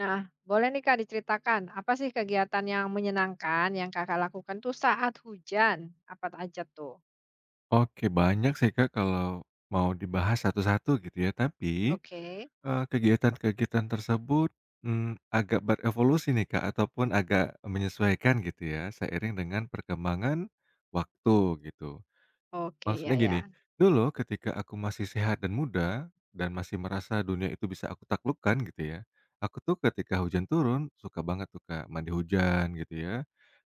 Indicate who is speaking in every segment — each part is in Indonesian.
Speaker 1: Nah, boleh nih Kak diceritakan, apa sih kegiatan yang menyenangkan yang Kakak lakukan tuh saat hujan? Apa aja tuh?
Speaker 2: Oke, banyak sih, Kak, kalau mau dibahas satu-satu gitu ya, tapi,
Speaker 1: Oke,
Speaker 2: kegiatan-kegiatan tersebut, agak berevolusi nih, Kak, ataupun agak menyesuaikan gitu ya, seiring dengan perkembangan waktu gitu.
Speaker 1: oke, ya,
Speaker 2: Maksudnya
Speaker 1: ya.
Speaker 2: gini, dulu ketika aku masih sehat dan muda, dan masih merasa dunia itu bisa aku taklukkan gitu ya, aku tuh ketika hujan turun suka banget tuh, Kak, mandi hujan gitu ya,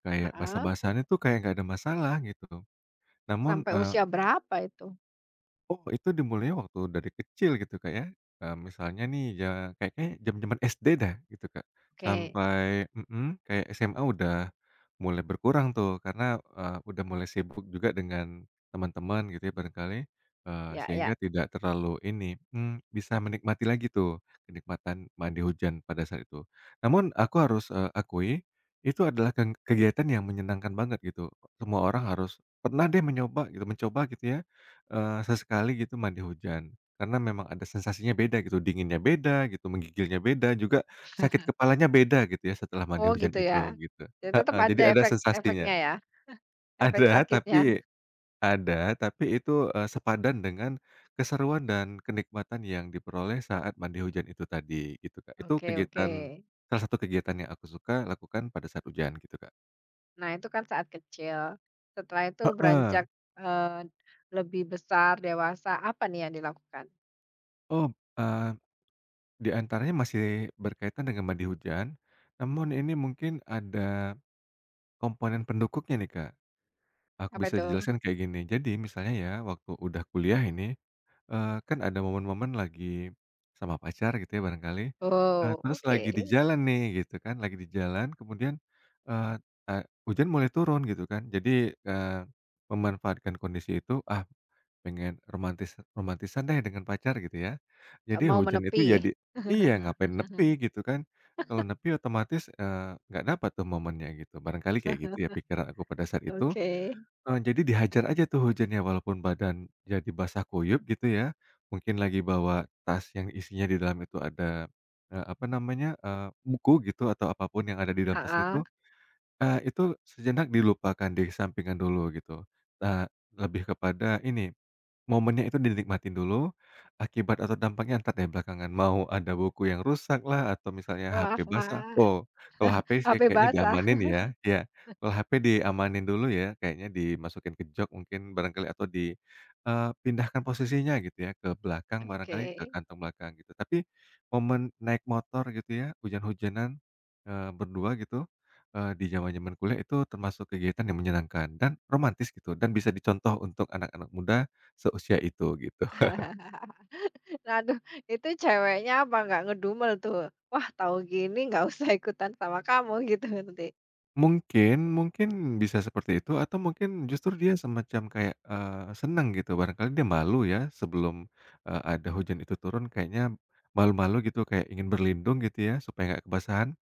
Speaker 2: kayak
Speaker 1: Heeh.
Speaker 2: basah-basahan itu kayak nggak ada masalah gitu. Namun,
Speaker 1: Sampai
Speaker 2: eh,
Speaker 1: usia berapa itu?
Speaker 2: oh, itu dimulainya waktu dari kecil gitu, Kak, ya? Eee, misalnya nih ya kayaknya zaman-zaman SD dah gitu, Kak.
Speaker 1: Oke,
Speaker 2: Sampai kayak SMA udah mulai berkurang tuh karena, udah mulai sibuk juga dengan teman-teman gitu ya barangkali,
Speaker 1: ya, ya.
Speaker 2: sehingga tidak terlalu ini, bisa menikmati lagi tuh kenikmatan mandi hujan pada saat itu. Namun aku harus, akui itu adalah kegiatan yang menyenangkan banget gitu. Semua orang harus pernah deh menyoba gitu mencoba gitu ya. Eee, sesekali gitu mandi hujan, karena memang ada sensasinya beda gitu, dinginnya beda gitu, menggigilnya beda, juga sakit kepalanya beda gitu ya setelah mandi
Speaker 1: Oh
Speaker 2: hujan
Speaker 1: gitu
Speaker 2: itu,
Speaker 1: ya.
Speaker 2: gitu.
Speaker 1: Jadi tetap
Speaker 2: Heeh, jadi
Speaker 1: ada
Speaker 2: ada
Speaker 1: efek
Speaker 2: sensasinya.
Speaker 1: efeknya ya, efek
Speaker 2: Ada,
Speaker 1: sakitnya.
Speaker 2: tapi itu, sepadan dengan keseruan dan kenikmatan yang diperoleh saat mandi hujan itu tadi, gitu, Kak. Itu
Speaker 1: Oke, oke.
Speaker 2: kegiatan salah satu kegiatan yang aku suka lakukan pada saat hujan gitu, Kak.
Speaker 1: Nah itu kan saat kecil. Setelah itu
Speaker 2: Heeh.
Speaker 1: beranjak eh, lebih besar, dewasa, apa nih yang dilakukan?
Speaker 2: Oh, eee di antaranya masih berkaitan dengan mandi hujan, namun ini mungkin ada komponen pendukungnya nih, Kak. Aku
Speaker 1: Apa
Speaker 2: bisa
Speaker 1: itu?
Speaker 2: jelaskan kayak gini. Jadi misalnya ya, waktu udah kuliah ini, kan ada momen-momen lagi sama pacar gitu ya barangkali,
Speaker 1: Oh,
Speaker 2: terus
Speaker 1: oke.
Speaker 2: lagi di jalan nih gitu kan, lagi di jalan kemudian, eee, a hujan mulai turun gitu kan. Jadi, eee, memanfaatkan kondisi itu, pengen romantis romantisan deh dengan pacar gitu ya.
Speaker 1: Nggak
Speaker 2: Jadi
Speaker 1: mau
Speaker 2: hujan itu
Speaker 1: menepi.
Speaker 2: jadi iya ngapain nepi gitu kan. Kalau nepi otomatis, nggak dapat tuh momennya gitu. Barangkali kayak gitu ya pikiran aku pada saat itu.
Speaker 1: Oke,
Speaker 2: Eee, jadi dihajar aja tuh hujannya walaupun badan jadi basah kuyup gitu ya. Mungkin lagi bawa tas yang isinya di dalam itu ada, apa namanya, buku gitu atau apa pun yang ada di dalam tas
Speaker 1: heeh.
Speaker 2: itu, itu sejenak dilupakan, disampingkan dulu gitu. Eee, lebih kepada ini, momennya itu dinikmatin dulu, akibat atau dampaknya entar deh belakangan, mau ada buku yang rusak lah atau misalnya
Speaker 1: Wah,
Speaker 2: HP basah.
Speaker 1: wah,
Speaker 2: Oh, kalau HP sih
Speaker 1: sampe
Speaker 2: kayaknya
Speaker 1: basah.
Speaker 2: diamanin ya, iya, kalau HP diamanin dulu ya, kayaknya dimasukin ke jok mungkin barangkali atau di, pindahkan posisinya gitu ya, ke belakang barangkali, ke
Speaker 1: Oke.
Speaker 2: kantong belakang gitu. Tapi momen naik motor gitu ya, hujan-hujanan, berdua gitu, di zaman-zaman kuliah itu termasuk kegiatan yang menyenangkan dan romantis gitu dan bisa dicontoh untuk anak-anak muda seusia itu gitu.
Speaker 1: Nah, aduh, itu ceweknya apa nggak ngedumel tuh? "Wah, tahu gini nggak usah ikutan sama kamu," gitu nanti.
Speaker 2: Mungkin mungkin bisa seperti itu atau mungkin justru dia semacam kayak, senang gitu, barangkali dia malu ya sebelum, ada hujan itu turun kayaknya malu-malu gitu kayak ingin berlindung gitu ya supaya nggak kebasahan.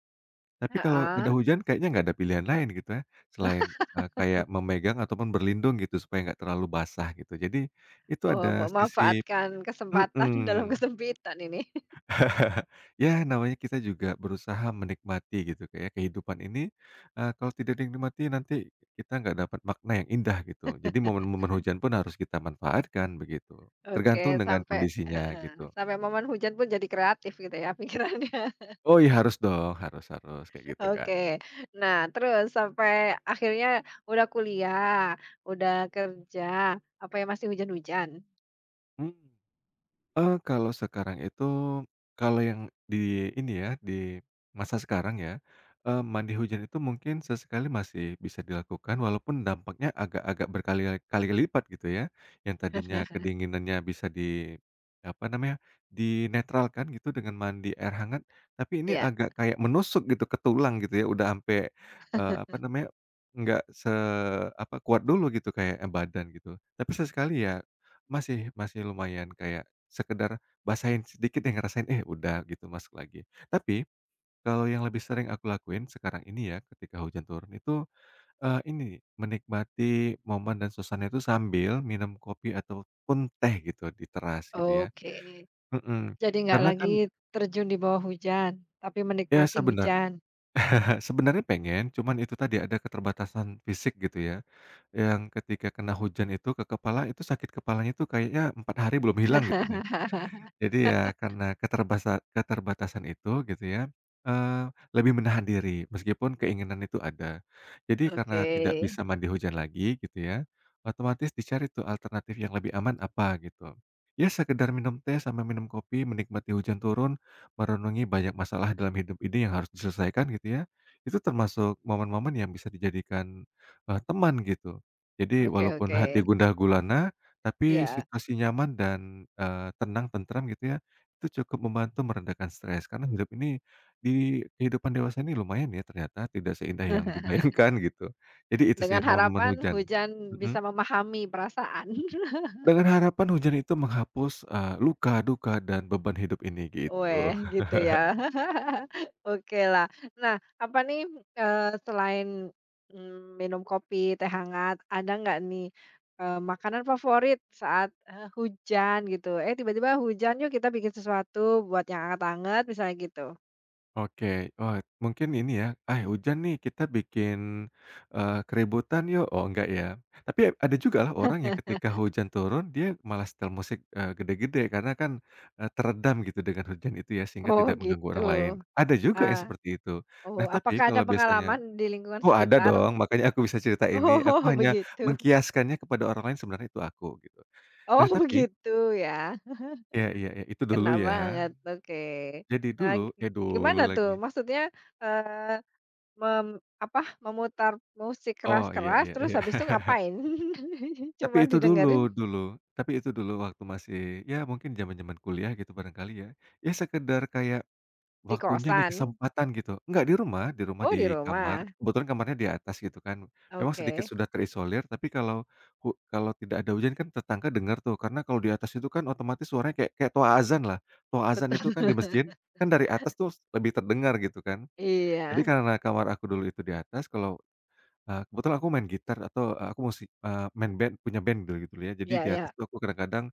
Speaker 2: Tapi kalau
Speaker 1: Heeh.
Speaker 2: ada hujan kayaknya nggak ada pilihan lain gitu ya selain, kayak memegang ataupun berlindung gitu supaya nggak terlalu basah gitu. Jadi itu
Speaker 1: Oh,
Speaker 2: ada sisi.
Speaker 1: memanfaatkan kesempatan dalam
Speaker 2: Mhm.
Speaker 1: kesempitan ini.
Speaker 2: Ya namanya kita juga berusaha menikmati gitu kayak kehidupan ini, kalau tidak dinikmati nanti kita nggak dapat makna yang indah gitu. Jadi momen-momen hujan pun harus kita manfaatkan begitu,
Speaker 1: Oke,
Speaker 2: tergantung dengan
Speaker 1: sampai
Speaker 2: kondisinya
Speaker 1: heeh,
Speaker 2: gitu.
Speaker 1: sampai momen hujan pun jadi kreatif gitu ya pikirannya.
Speaker 2: Oh iya harus dong, harus harus, kayak gitu Kak.
Speaker 1: Oke. Nah, terus sampai akhirnya udah kuliah, udah kerja, apa ya masih hujan-hujan?
Speaker 2: Mhm. Eee, kalau sekarang itu, kalau yang di ini ya, di masa sekarang ya, mandi hujan itu mungkin sesekali masih bisa dilakukan walaupun dampaknya agak-agak berkali kali lipat gitu ya. Yang tadinya kedinginannya bisa di, apa namanya, dinetralkan gitu dengan mandi air hangat, tapi ini
Speaker 1: Ya,
Speaker 2: agak kayak menusuk gitu ke tulang gitu ya, udah ampe, apa namanya, nggak se apa, kuat dulu gitu kayak, badan gitu. Tapi sesekali ya masih masih lumayan kayak sekedar basahin sedikit yang ngerasain, eh, udah gitu masuk lagi. Tapi kalau yang lebih sering aku lakuin sekarang ini ya ketika hujan turun itu, ini, menikmati momen dan suasana itu sambil minum kopi ataupun teh gitu di teras gitu ya.
Speaker 1: oke.
Speaker 2: Mhm,
Speaker 1: Jadi nggak
Speaker 2: karena
Speaker 1: lagi
Speaker 2: kan
Speaker 1: terjun di bawah hujan, tapi
Speaker 2: ya
Speaker 1: menikmati hujan.
Speaker 2: sebenarnya pengen cuman itu tadi ada keterbatasan fisik gitu ya, yang ketika kena hujan itu ke kepala itu sakit kepalanya itu kayaknya 4 hari belum hilang gitu deh. Jadi ya karena keterbatasan itu gitu ya, eee, lebih menahan diri meskipun keinginan itu ada. Jadi
Speaker 1: Oke,
Speaker 2: karena tidak bisa mandi hujan lagi gitu ya, otomatis dicari tuh alternatif yang lebih aman apa gitu. Ya sekedar minum teh sama minum kopi, menikmati hujan turun, merenungi banyak masalah dalam hidup ini yang harus diselesaikan gitu ya, itu termasuk momen-momen yang bisa dijadikan, teman gitu. Jadi
Speaker 1: oke,
Speaker 2: walaupun
Speaker 1: oke.
Speaker 2: hati gundah gulana tapi
Speaker 1: Ya.
Speaker 2: situasi nyaman dan, tenang, tentram gitu ya, itu cukup membantu meredakan stres. Karena hidup ini di kehidupan dewasa ini lumayan ya ternyata, tidak seindah yang dibayangkan gitu. Jadi itu sih
Speaker 1: Dengan
Speaker 2: momen-momen
Speaker 1: harapan
Speaker 2: hujan.
Speaker 1: hujan
Speaker 2: Mhm.
Speaker 1: bisa memahami perasaan.
Speaker 2: Dengan harapan hujan itu menghapus, luka, duka, dan beban hidup ini
Speaker 1: Weh,
Speaker 2: gitu.
Speaker 1: gitu ya. Oke lah. Nah, apa nih, selain, minum kopi, teh hangat, ada nggak nih, makanan favorit saat, hujan gitu? Eh, tiba-tiba hujan, "Yuk kita bikin sesuatu buat yang anget hangat," misalnya gitu.
Speaker 2: Oke, wah mungkin ini ya, "Ah, hujan nih kita bikin, keributan yuk." Oh, enggak ya. Tapi ada juga lah orang yang ketika hujan turun dia malah setel musik, gede-gede karena kan, teredam gitu dengan hujan itu ya sehingga
Speaker 1: Oh,
Speaker 2: tidak mengganggu
Speaker 1: gitu.
Speaker 2: orang lain. Ada juga
Speaker 1: Ah.
Speaker 2: yang seperti itu.
Speaker 1: Oh,
Speaker 2: Nah, tapi
Speaker 1: apakah ada
Speaker 2: kalau biasanya,
Speaker 1: pengalaman di lingkungan
Speaker 2: oh, ada
Speaker 1: sekitar?
Speaker 2: dong, makanya aku bisa cerita ini. Aku
Speaker 1: Oh,
Speaker 2: hanya
Speaker 1: begitu.
Speaker 2: mengkiaskannya kepada orang lain, sebenarnya itu aku gitu. Nah,
Speaker 1: Oh,
Speaker 2: tapi
Speaker 1: begitu ya.
Speaker 2: ya, iya, iya, itu dulu
Speaker 1: Kena
Speaker 2: ya.
Speaker 1: banget, oke.
Speaker 2: Jadi
Speaker 1: Nah,
Speaker 2: dulu
Speaker 1: gi
Speaker 2: eh,
Speaker 1: gimana
Speaker 2: dulu
Speaker 1: tuh?
Speaker 2: lagi.
Speaker 1: Maksudnya, eee, mem apa, memutar musik
Speaker 2: Oh, iya,
Speaker 1: keras-keras
Speaker 2: iya,
Speaker 1: terus
Speaker 2: iya.
Speaker 1: habis itu ngapain? Cuma
Speaker 2: Tapi itu
Speaker 1: didengerin
Speaker 2: dulu, dulu tapi itu dulu waktu masih, ya mungkin zaman-zaman kuliah gitu barangkali ya. Ya sekedar kayak
Speaker 1: di
Speaker 2: waktunya nih,
Speaker 1: kosan?
Speaker 2: kesempatan gitu. Enggak
Speaker 1: Oh, di
Speaker 2: di kamar,
Speaker 1: rumah?
Speaker 2: kebetulan kamarnya di atas gitu kan. Memang sedikit
Speaker 1: Oke,
Speaker 2: sudah terisolir, tapi kalau kalau tidak ada hujan kan tetangga dengar tuh, karena kalau di atas itu kan otomatis suaranya kayak kayak toa azan lah. Toa azan
Speaker 1: betul.
Speaker 2: itu kan di masjid, kan dari atas tuh lebih terdengar gitu kan. Jadi
Speaker 1: Iya,
Speaker 2: karena kamar aku dulu itu di atas, kalau kebetulan aku main gitar atau, eee, aku musik eee, main band, punya band dulu gitu ya. Jadi
Speaker 1: ya,
Speaker 2: di atas
Speaker 1: ya.
Speaker 2: tuh aku kadang-kadang,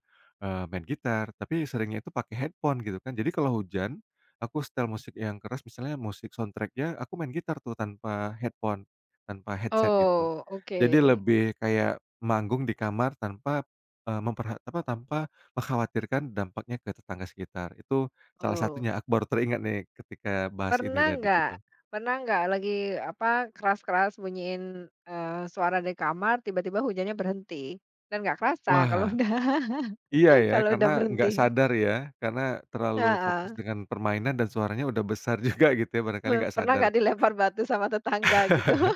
Speaker 2: main gitar, tapi seringnya itu pakai headphone gitu kan. Jadi kalau hujan, aku setel musik yang keras misalnya musik soundtrack-nya, aku main gitar tuh tanpa headphone, tanpa headset gitu.
Speaker 1: Oh, oke.
Speaker 2: Jadi lebih kayak manggung di kamar tanpa, tanpa mengkhawatirkan dampaknya ke tetangga sekitar. Itu salah
Speaker 1: Oh,
Speaker 2: satunya, aku baru teringat nih ketika bahas ini
Speaker 1: pernah
Speaker 2: tadi
Speaker 1: nggak
Speaker 2: gitu.
Speaker 1: pernah nggak lagi, apa, keras-keras bunyiin, suara di kamar tiba-tiba hujannya berhenti dan nggak kerasa kalau
Speaker 2: Wah.
Speaker 1: udah.
Speaker 2: Iya ya,
Speaker 1: Kalau udah
Speaker 2: karena nggak
Speaker 1: berhenti,
Speaker 2: sadar ya, karena terlalu fokus
Speaker 1: heeh.
Speaker 2: dengan permainan dan suaranya udah besar juga gitu ya, barangkali nggak
Speaker 1: Pernah
Speaker 2: sadar.
Speaker 1: nggak dilempar batu sama tetangga gitu?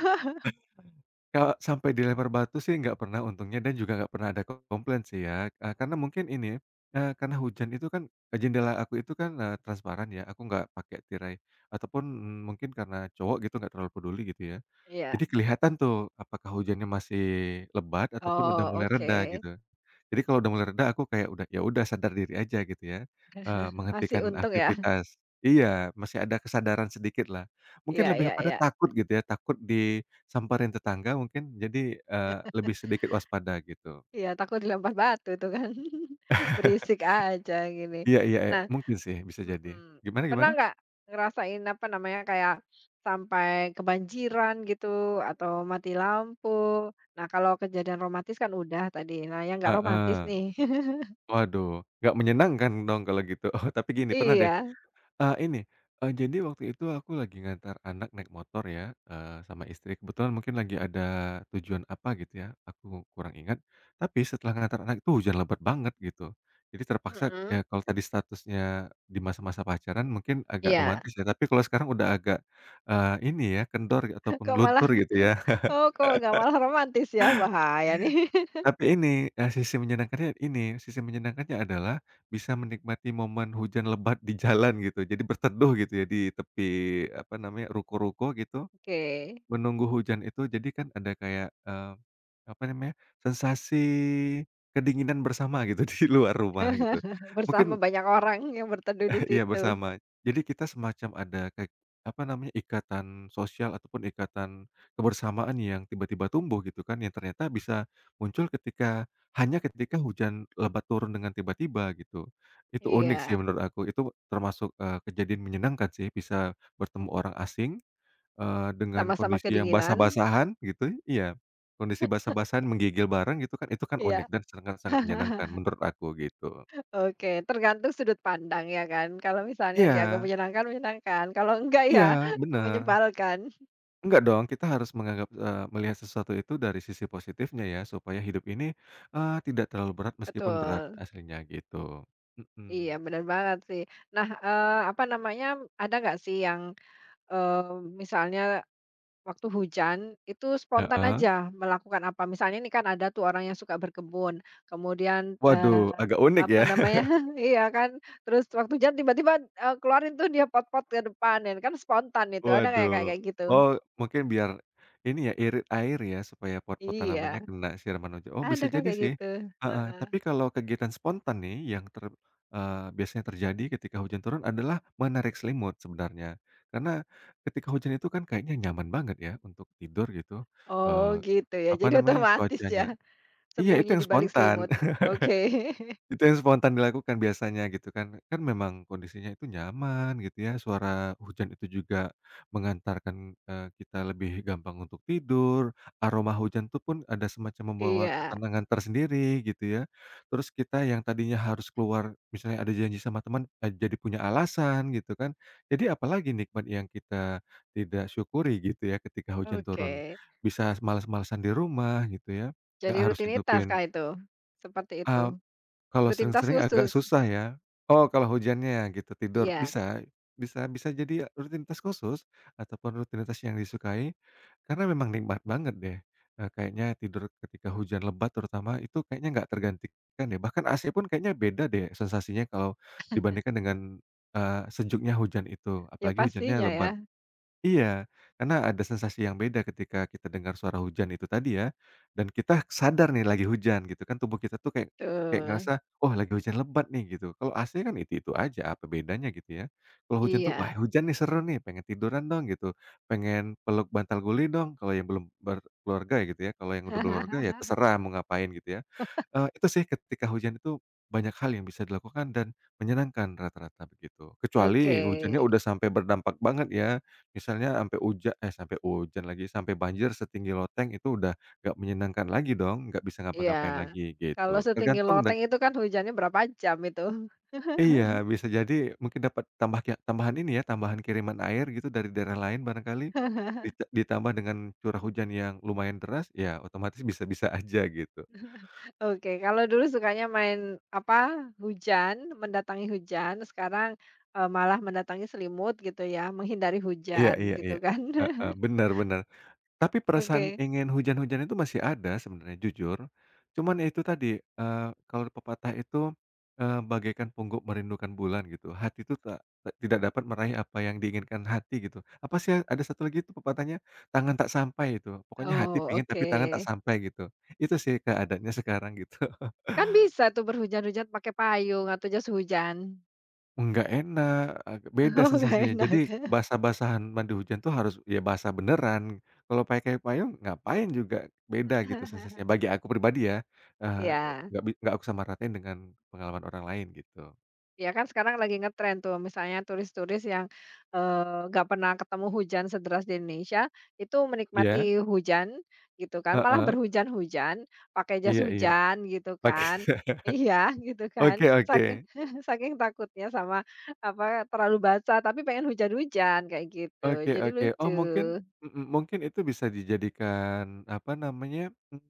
Speaker 2: Kalau sampai dilempar batu sih nggak pernah untungnya dan juga nggak pernah ada komplain sih ya, karena mungkin ini, karena hujan itu kan, jendela aku itu kan, transparan ya, aku nggak pakai tirai ataupun, mungkin karena cowok gitu nggak terlalu peduli gitu ya.
Speaker 1: Iya,
Speaker 2: Jadi kelihatan tuh apakah hujannya masih lebat ataupun udah
Speaker 1: oh
Speaker 2: mulai
Speaker 1: oke,
Speaker 2: reda gitu. Jadi kalau udah mulai reda aku kayak udah, ya udah sadar diri aja gitu ya,
Speaker 1: masih
Speaker 2: menghentikan
Speaker 1: untung ya.
Speaker 2: aktivitas. Iya, masih ada kesadaran sedikit lah. Mungkin
Speaker 1: Iya, iya,
Speaker 2: lebih kepada
Speaker 1: iya.
Speaker 2: takut gitu ya, takut disamperin tetangga, mungkin jadi, lebih sedikit waspada gitu.
Speaker 1: Iya takut dilempar batu itu kan. Berisik aja gini.
Speaker 2: Iya, iya, iya,
Speaker 1: Nah,
Speaker 2: mungkin sih bisa jadi.
Speaker 1: mhm,
Speaker 2: Gimana
Speaker 1: pernah
Speaker 2: gimana?
Speaker 1: nggak ngerasain, apa namanya, kayak sampai kebanjiran gitu atau mati lampu? Nah kalau kejadian romantis kan udah tadi, nah yang nggak romantis
Speaker 2: Heeh.
Speaker 1: nih.
Speaker 2: Waduh, nggak menyenangkan dong kalau gitu. Oh tapi gini, pernah deh.
Speaker 1: Iya,
Speaker 2: Eee, ini, jadi waktu itu aku lagi ngantar anak naik motor ya, sama istri. Kebetulan mungkin lagi ada tujuan apa gitu ya, aku kurang ingat. Tapi setelah ngantar anak itu hujan lebat banget gitu. Jadi terpaksa, ya
Speaker 1: mhm,
Speaker 2: kalau tadi statusnya di masa-masa pacaran mungkin agak
Speaker 1: iya.
Speaker 2: romantis ya, tapi kalau sekarang udah agak, ini ya kendor ataupun
Speaker 1: Kok malah
Speaker 2: luntur gitu ya.
Speaker 1: Oh, kok nggak malah romantis ya? Bahaya nih.
Speaker 2: Tapi ini, sisi menyenangkannya ini, sisi menyenangkannya adalah bisa menikmati momen hujan lebat di jalan gitu. Jadi berteduh gitu ya di tepi, apa namanya, ruko-ruko gitu,
Speaker 1: Oke.
Speaker 2: menunggu hujan itu. Jadi kan ada kayak, apa namanya, sensasi kedinginan bersama gitu di luar rumah gitu.
Speaker 1: Bersama
Speaker 2: Mungkin
Speaker 1: banyak orang yang berteduh di
Speaker 2: iya,
Speaker 1: situ.
Speaker 2: bersama. Jadi kita semacam ada kayak, apa namanya, ikatan sosial ataupun ikatan kebersamaan yang tiba-tiba tumbuh gitu kan, yang ternyata bisa muncul ketika, hanya ketika hujan lebat turun dengan tiba-tiba gitu. Itu unik sih
Speaker 1: Iya,
Speaker 2: menurut aku, itu termasuk, kejadian menyenangkan sih bisa bertemu orang asing, dengan
Speaker 1: sama-sama
Speaker 2: kondisi yang
Speaker 1: kedinginan.
Speaker 2: basah-basahan gitu, iya, kondisi basah-basahan menggigil bareng gitu kan, itu kan
Speaker 1: Iya.
Speaker 2: unik dan sangat sangat menyenangkan menurut aku gitu.
Speaker 1: Oke, tergantung sudut pandang ya kan. Kalau misalnya dianggap
Speaker 2: Iya,
Speaker 1: menyenangkan, menyenangkan. Kalau enggak ya
Speaker 2: iya, bener.
Speaker 1: menyebalkan.
Speaker 2: Enggak dong, kita harus menganggap, melihat sesuatu itu dari sisi positifnya ya, supaya hidup ini, tidak terlalu berat meskipun berat
Speaker 1: Betul.
Speaker 2: aslinya gitu.
Speaker 1: Iya,
Speaker 2: Mhm.
Speaker 1: benar banget sih. Nah, apa namanya, ada nggak sih yang, eee, misalnya waktu hujan, itu spontan
Speaker 2: Heeh.
Speaker 1: aja melakukan apa, misalnya ini kan ada tuh orang yang suka berkebun, kemudian,
Speaker 2: Waduh, agak unik
Speaker 1: apa
Speaker 2: ya.
Speaker 1: namanya, iya kan, terus waktu hujan tiba-tiba, keluarin tuh dia pot-pot ke depan dan kan spontan itu, ada nggak kayak
Speaker 2: Waduh.
Speaker 1: kayak gitu?
Speaker 2: Oh, mungkin biar ini ya, irit air ya, supaya pot-pot tanamannya
Speaker 1: Iya,
Speaker 2: kena siraman hujan. Oh,
Speaker 1: ada
Speaker 2: bisa
Speaker 1: kan
Speaker 2: jadi
Speaker 1: kayak
Speaker 2: sih.
Speaker 1: gitu?
Speaker 2: Heeh,
Speaker 1: Heeh.
Speaker 2: tapi kalau kegiatan spontan nih yang biasanya terjadi ketika hujan turun adalah menarik selimut sebenarnya. Karena ketika hujan itu kan kayaknya nyaman banget ya untuk tidur gitu,
Speaker 1: Oh
Speaker 2: eee,
Speaker 1: gitu ya,
Speaker 2: apa
Speaker 1: jadi
Speaker 2: namanya,
Speaker 1: otomatis ya,
Speaker 2: cuacanya, iya, itu
Speaker 1: sembunyi
Speaker 2: yang
Speaker 1: di balik
Speaker 2: spontan.
Speaker 1: selimut. Oke.
Speaker 2: Itu yang spontan dilakukan biasanya gitu kan. Kan memang kondisinya itu nyaman gitu ya, suara hujan itu juga mengantarkan, kita lebih gampang untuk tidur, aroma hujan itu pun ada semacam membawa
Speaker 1: Iya,
Speaker 2: ketenangan tersendiri gitu ya. Terus kita yang tadinya harus keluar misalnya ada janji sama teman, jadi punya alasan gitu kan. Jadi apalagi nikmat yang kita tidak syukuri gitu ya ketika hujan
Speaker 1: oke.
Speaker 2: turun. Bisa males-malesan di rumah gitu ya, nggak
Speaker 1: Jadi
Speaker 2: harus
Speaker 1: rutinitas
Speaker 2: hidupin,
Speaker 1: kah itu? Seperti itu?
Speaker 2: kalau
Speaker 1: Rutinitas
Speaker 2: sering-sering agak
Speaker 1: khusus?
Speaker 2: susah ya. Oh, kalau hujannya gitu tidur,
Speaker 1: Iya.
Speaker 2: bisa bisa bisa jadi rutinitas khusus ataupun rutinitas yang disukai, karena memang nikmat banget deh, kayaknya tidur ketika hujan lebat terutama itu kayaknya nggak tergantikan deh, bahkan AC pun kayaknya beda deh sensasinya kalau dibandingkan dengan, sejuknya hujan itu,
Speaker 1: Ya
Speaker 2: apalagi hujannya
Speaker 1: pastinya ya,
Speaker 2: lebat. Iya, karena ada sensasi yang beda ketika kita dengar suara hujan itu tadi ya, dan kita sadar nih lagi hujan gitu kan, tubuh kita tuh kayak kayak
Speaker 1: tuh,
Speaker 2: ngerasa, "Oh lagi hujan lebat nih," gitu. Kalau AC kan itu-itu aja, apa bedanya gitu ya. Kalau hujan tuh, "Wah
Speaker 1: iya.
Speaker 2: hujan nih seru nih, pengen tiduran dong," gitu, "pengen peluk bantal guling dong," kalau yang belum berkeluarga ya gitu ya, kalau yang udah berkeluarga ya terserah mau ngapain gitu ya. Eee, itu sih ketika hujan itu banyak hal yang bisa dilakukan dan menyenangkan rata-rata begitu.
Speaker 1: Oke,
Speaker 2: Kecuali hujannya udah sampai berdampak banget ya, misalnya sampai sampai hujan lagi, sampai banjir setinggi loteng itu udah nggak menyenangkan lagi dong, nggak bisa
Speaker 1: iya.
Speaker 2: ngapa-ngapain lagi
Speaker 1: Kalau
Speaker 2: gitu.
Speaker 1: setinggi
Speaker 2: Tergantung dan
Speaker 1: loteng itu kan hujannya berapa jam itu.
Speaker 2: iya, bisa jadi mungkin dapat tambahan ini ya, tambahan kiriman air gitu dari daerah lain barangkali, ditambah dengan curah hujan yang lumayan deras, ya otomatis bisa-bisa aja gitu.
Speaker 1: Oke, kalau dulu sukanya main, apa, hujan, mendatangi hujan, sekarang, malah mendatangi selimut gitu ya, menghindari
Speaker 2: Iya,
Speaker 1: hujan
Speaker 2: iya,
Speaker 1: gitu
Speaker 2: iya.
Speaker 1: kan.
Speaker 2: Heeh, benar bener. Tapi perasaan
Speaker 1: Oke,
Speaker 2: ingin hujan hujan itu masih ada sebenarnya jujur, cuman ya itu tadi, kalau pepatah itu, "Bagaikan pungguk merindukan bulan," gitu, hati itu tak tak tidak dapat meraih apa yang diinginkan hati gitu. Apa sih ada satu lagi itu pepatahnya, "Tangan tak sampai," itu, pokoknya hati
Speaker 1: oh
Speaker 2: pengen tapi
Speaker 1: oke.
Speaker 2: tangan tak sampai gitu. Itu sih keadaannya sekarang gitu.
Speaker 1: Kan bisa tuh berhujan-hujan pakai payung atau jas hujan.
Speaker 2: Enggak enak, agak beda
Speaker 1: Oh gak
Speaker 2: sensasinya.
Speaker 1: enak.
Speaker 2: Jadi basah-basahan mandi hujan tuh harus ya basah beneran. Kalau pakai payung ngapain juga, beda gitu sensasinya, bagi aku pribadi ya, eee,
Speaker 1: ya
Speaker 2: nggak bi nggak aku samaratain dengan pengalaman orang lain gitu.
Speaker 1: Ya kan sekarang lagi ngetren tuh misalnya turis-turis yang, nggak pernah ketemu hujan sederas di Indonesia, itu
Speaker 2: Iya,
Speaker 1: menikmati hujan gitu kan, malah
Speaker 2: heeh,
Speaker 1: berhujan-hujan, pakai jas
Speaker 2: iya, iya,
Speaker 1: hujan gitu
Speaker 2: pakai
Speaker 1: kan. Iya gitu kan,
Speaker 2: oke, oke.
Speaker 1: saking saking takutnya sama apa, terlalu basah tapi pengen hujan-hujan kayak gitu,
Speaker 2: Oke,
Speaker 1: jadi
Speaker 2: oke. Oh mungkin
Speaker 1: lucu.
Speaker 2: mhm, mungkin itu bisa dijadikan, apa namanya,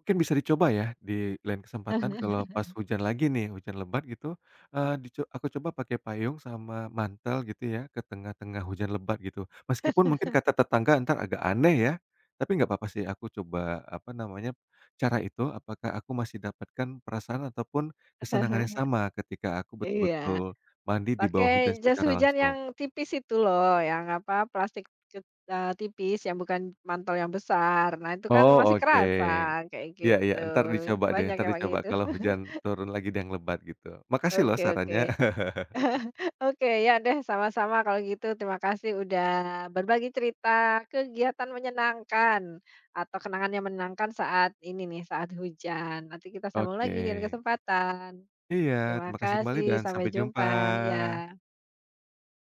Speaker 2: mungkin bisa dicoba ya di lain kesempatan kalau pas hujan lagi nih, hujan lebat gitu, eee, dico aku coba pakai payung sama mantel gitu ya ke tengah-tengah hujan lebat gitu. Meskipun mungkin kata tetangga ntar agak aneh ya, tapi nggak apa-apa sih aku coba, apa namanya, cara itu apakah aku masih dapatkan perasaan ataupun kesenangan yang sama ketika aku
Speaker 1: Iya.
Speaker 2: betul-betul mandi di
Speaker 1: Pakai
Speaker 2: bawah hujan
Speaker 1: jas
Speaker 2: secara
Speaker 1: hujan yang
Speaker 2: langsung.
Speaker 1: tipis itu loh, yang apa, plastik tipis yang bukan mantel yang besar. Nah, itu kan
Speaker 2: Oh,
Speaker 1: masih
Speaker 2: oke.
Speaker 1: kerasan kayak
Speaker 2: Iya, iya,
Speaker 1: gitu.
Speaker 2: entar dicoba deh,
Speaker 1: Banyak
Speaker 2: entar
Speaker 1: yang kayak
Speaker 2: dicoba
Speaker 1: gitu.
Speaker 2: kalau hujan turun lagi dan lebat gitu. Makasih loh
Speaker 1: Oke, oke.
Speaker 2: sarannya.
Speaker 1: Oke, ya deh, sama-sama kalau gitu. Terima kasih udah berbagi cerita kegiatan menyenangkan atau kenangan yang menyenangkan saat ini nih, saat hujan. Nanti kita sambung
Speaker 2: Oke.
Speaker 1: lagi dengan kesempatan.
Speaker 2: Iya,
Speaker 1: Terima
Speaker 2: terima kasih kembali
Speaker 1: kasih,
Speaker 2: dan sampai
Speaker 1: sampai
Speaker 2: jumpa.
Speaker 1: jumpa, ya.